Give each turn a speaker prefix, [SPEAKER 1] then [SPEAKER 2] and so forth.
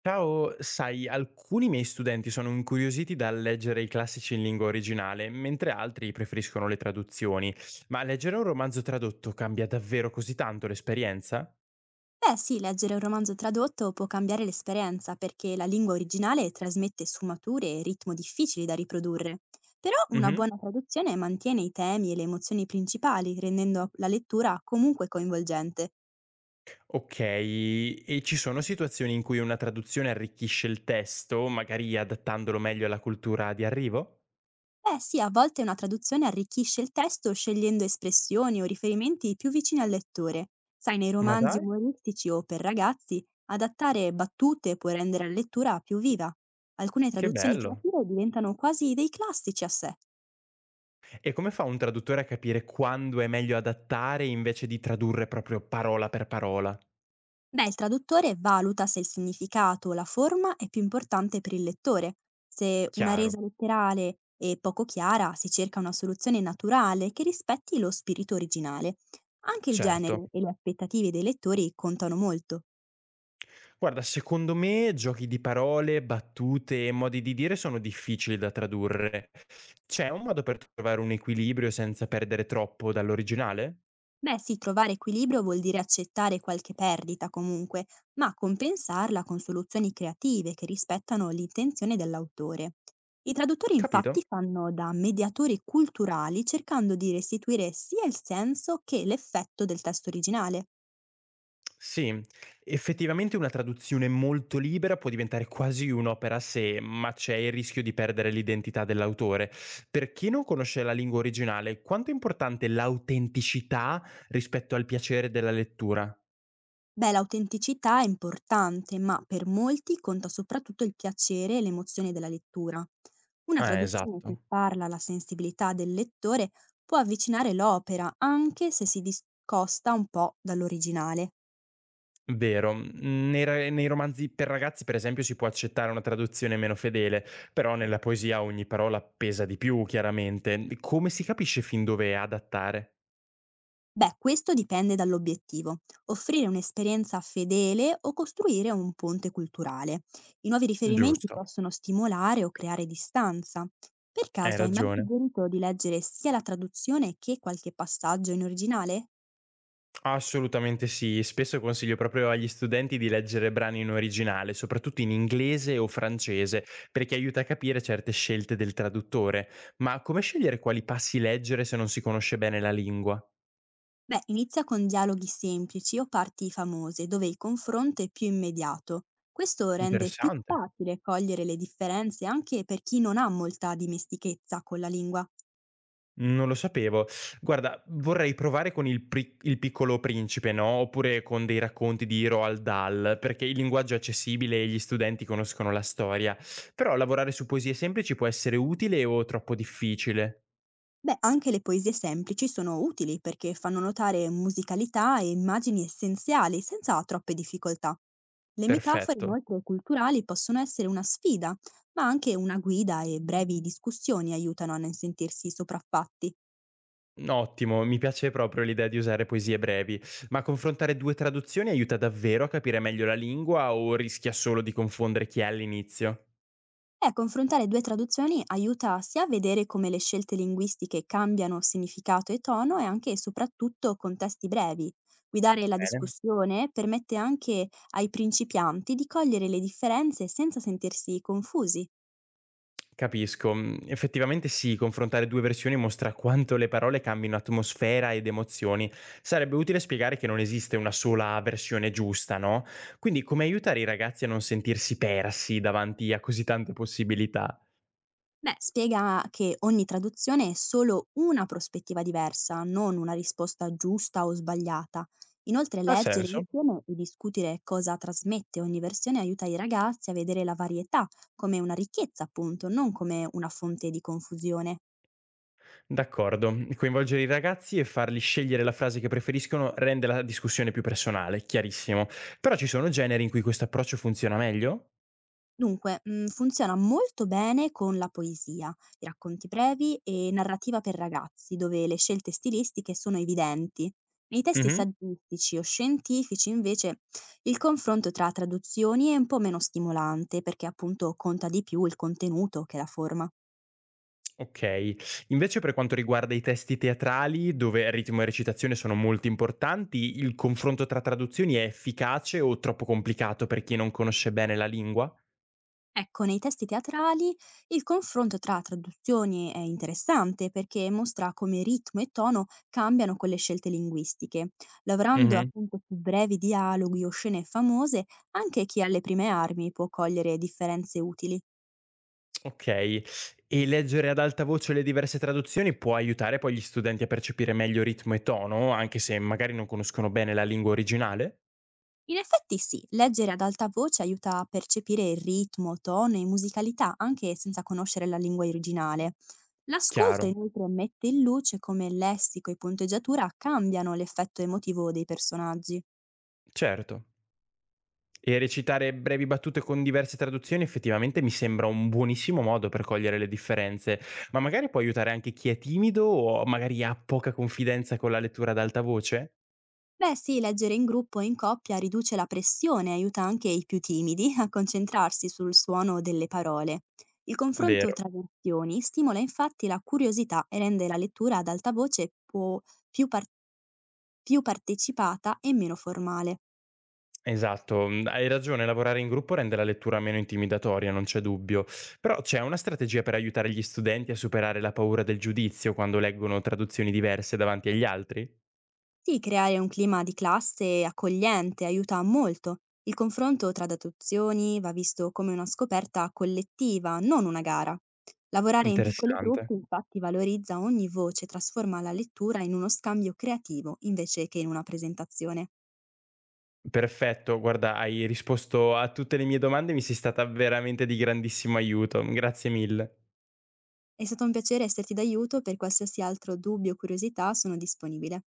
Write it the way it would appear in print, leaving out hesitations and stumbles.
[SPEAKER 1] Ciao, sai, alcuni miei studenti sono incuriositi dal leggere i classici in lingua originale, mentre altri preferiscono le traduzioni. Ma leggere un romanzo tradotto cambia davvero così tanto l'esperienza?
[SPEAKER 2] Beh sì, leggere un romanzo tradotto può cambiare l'esperienza perché la lingua originale trasmette sfumature e ritmo difficili da riprodurre. Però una
[SPEAKER 1] Mhm.
[SPEAKER 2] buona traduzione mantiene i temi e le emozioni principali, rendendo la lettura comunque coinvolgente.
[SPEAKER 1] Ok, e ci sono situazioni in cui una traduzione arricchisce il testo, magari adattandolo meglio alla cultura di arrivo?
[SPEAKER 2] Beh sì, a volte una traduzione arricchisce il testo scegliendo espressioni o riferimenti più vicini al lettore. Sai, nei
[SPEAKER 1] Ma
[SPEAKER 2] romanzi
[SPEAKER 1] dai,
[SPEAKER 2] umoristici o per ragazzi, adattare battute può rendere la lettura più viva. Alcune
[SPEAKER 1] che
[SPEAKER 2] traduzioni
[SPEAKER 1] bello!
[SPEAKER 2] creative diventano quasi dei classici a sé.
[SPEAKER 1] E come fa un traduttore a capire quando è meglio adattare invece di tradurre proprio parola per parola?
[SPEAKER 2] Beh, il traduttore valuta se il significato o la forma è più importante per il lettore. Se una
[SPEAKER 1] Chiaro,
[SPEAKER 2] resa letterale è poco chiara, si cerca una soluzione naturale che rispetti lo spirito originale. Anche il
[SPEAKER 1] certo.
[SPEAKER 2] genere e le aspettative dei lettori contano molto.
[SPEAKER 1] Guarda, secondo me giochi di parole, battute e modi di dire sono difficili da tradurre. C'è un modo per trovare un equilibrio senza perdere troppo dall'originale?
[SPEAKER 2] Beh sì, trovare equilibrio vuol dire accettare qualche perdita comunque, ma compensarla con soluzioni creative che rispettano l'intenzione dell'autore. I traduttori
[SPEAKER 1] Capito?
[SPEAKER 2] infatti fanno da mediatori culturali cercando di restituire sia il senso che l'effetto del testo originale.
[SPEAKER 1] Sì, effettivamente una traduzione molto libera può diventare quasi un'opera a sé, ma c'è il rischio di perdere l'identità dell'autore. Per chi non conosce la lingua originale, quanto è importante l'autenticità rispetto al piacere della lettura?
[SPEAKER 2] Beh, l'autenticità è importante, ma per molti conta soprattutto il piacere e l'emozione della lettura. Una traduzione
[SPEAKER 1] Esatto.
[SPEAKER 2] che parla alla sensibilità del lettore può avvicinare l'opera, anche se si discosta un po' dall'originale.
[SPEAKER 1] Vero. Mhmm, nei romanzi per ragazzi, per esempio, si può accettare una traduzione meno fedele, però nella poesia ogni parola pesa di più, chiaramente. Come si capisce fin dove adattare?
[SPEAKER 2] Beh, questo dipende dall'obiettivo, offrire un'esperienza fedele o costruire un ponte culturale. I nuovi riferimenti
[SPEAKER 1] Giusto,
[SPEAKER 2] possono stimolare o creare distanza. Per
[SPEAKER 1] hai
[SPEAKER 2] caso hai mai
[SPEAKER 1] ragione.
[SPEAKER 2] suggerito di leggere sia la traduzione che qualche passaggio in originale?
[SPEAKER 1] Assolutamente sì. Spesso consiglio proprio agli studenti di leggere brani in originale, soprattutto in inglese o francese, perché aiuta a capire certe scelte del traduttore. Ma come scegliere quali passi leggere se non si conosce bene la lingua?
[SPEAKER 2] Beh, inizia con dialoghi semplici o parti famose, dove il confronto è più immediato. Questo rende più
[SPEAKER 1] Interessante.
[SPEAKER 2] facile cogliere le differenze anche per chi non ha molta dimestichezza con la lingua.
[SPEAKER 1] Non lo sapevo. Guarda, vorrei provare con Il Piccolo Principe, no, oppure con dei racconti di Roald Dahl, perché il linguaggio è accessibile e gli studenti conoscono la storia. Però lavorare su poesie semplici può essere utile o troppo difficile?
[SPEAKER 2] Beh, anche le poesie semplici sono utili perché fanno notare musicalità e immagini essenziali senza troppe difficoltà. Le metafore
[SPEAKER 1] Perfetto.
[SPEAKER 2] inoltre culturali possono essere una sfida, ma anche una guida e brevi discussioni aiutano a non sentirsi sopraffatti.
[SPEAKER 1] Ottimo, mi piace proprio l'idea di usare poesie brevi, ma confrontare due traduzioni aiuta davvero a capire meglio la lingua o rischia solo di confondere chi è all'inizio?
[SPEAKER 2] Confrontare 2 traduzioni aiuta sia a vedere come le scelte linguistiche cambiano significato e tono e anche e soprattutto contesti brevi. Guidare la
[SPEAKER 1] Bene.
[SPEAKER 2] discussione permette anche ai principianti di cogliere le differenze senza sentirsi confusi.
[SPEAKER 1] Capisco. Mhmm, effettivamente sì, confrontare 2 versioni mostra quanto le parole cambino atmosfera ed emozioni. Sarebbe utile spiegare che non esiste una sola versione giusta, no, quindi come aiutare i ragazzi a non sentirsi persi davanti a così tante possibilità?
[SPEAKER 2] Beh, spiega che ogni traduzione è solo una prospettiva diversa, non una risposta giusta o sbagliata. Inoltre,
[SPEAKER 1] Ha
[SPEAKER 2] leggere
[SPEAKER 1] senso.
[SPEAKER 2] insieme e discutere cosa trasmette ogni versione aiuta i ragazzi a vedere la varietà come una ricchezza, appunto, non come una fonte di confusione.
[SPEAKER 1] D'accordo. Coinvolgere i ragazzi e farli scegliere la frase che preferiscono rende la discussione più personale, chiarissimo. Però ci sono generi in cui questo approccio funziona meglio?
[SPEAKER 2] Dunque, funziona molto bene con la poesia, i racconti brevi e narrativa per ragazzi, dove le scelte stilistiche sono evidenti. Nei testi
[SPEAKER 1] Mh-mh.
[SPEAKER 2] saggistici o scientifici, invece, il confronto tra traduzioni è un po' meno stimolante, perché appunto conta di più il contenuto che la forma.
[SPEAKER 1] Okay. Invece per quanto riguarda i testi teatrali, dove ritmo e recitazione sono molto importanti, il confronto tra traduzioni è efficace o troppo complicato per chi non conosce bene la lingua?
[SPEAKER 2] Ecco, nei testi teatrali il confronto tra traduzioni è interessante perché mostra come ritmo e tono cambiano con le scelte linguistiche. Lavorando
[SPEAKER 1] Mh-mh.
[SPEAKER 2] appunto su brevi dialoghi o scene famose, anche chi ha le prime armi può cogliere differenze utili.
[SPEAKER 1] Okay. E leggere ad alta voce le diverse traduzioni può aiutare poi gli studenti a percepire meglio ritmo e tono, anche se magari non conoscono bene la lingua originale?
[SPEAKER 2] In effetti sì, leggere ad alta voce aiuta a percepire il ritmo, tono e musicalità anche senza conoscere la lingua originale. L'ascolto
[SPEAKER 1] Chiaro,
[SPEAKER 2] inoltre mette in luce come lessico e punteggiatura cambiano l'effetto emotivo dei personaggi.
[SPEAKER 1] certo. E recitare brevi battute con diverse traduzioni effettivamente mi sembra un buonissimo modo per cogliere le differenze, ma magari può aiutare anche chi è timido o magari ha poca confidenza con la lettura ad alta voce?
[SPEAKER 2] Beh sì, leggere in gruppo o in coppia riduce la pressione e aiuta anche i più timidi a concentrarsi sul suono delle parole. Il confronto
[SPEAKER 1] Vero,
[SPEAKER 2] tra versioni stimola infatti la curiosità e rende la lettura ad alta voce più, par- più partecipata e meno formale.
[SPEAKER 1] esatto, hai ragione, lavorare in gruppo rende la lettura meno intimidatoria, non c'è dubbio, però c'è una strategia per aiutare gli studenti a superare la paura del giudizio quando leggono traduzioni diverse davanti agli altri?
[SPEAKER 2] Sì, creare un clima di classe accogliente aiuta molto. Il confronto tra datazioni va visto come una scoperta collettiva, non una gara. Lavorare in piccoli
[SPEAKER 1] Interessante.
[SPEAKER 2] gruppi infatti valorizza ogni voce, trasforma la lettura in uno scambio creativo invece che in una presentazione.
[SPEAKER 1] Perfetto, guarda, hai risposto a tutte le mie domande, mi sei stata veramente di grandissimo aiuto. Grazie mille.
[SPEAKER 2] È stato un piacere esserti d'aiuto, per qualsiasi altro dubbio o curiosità sono disponibile.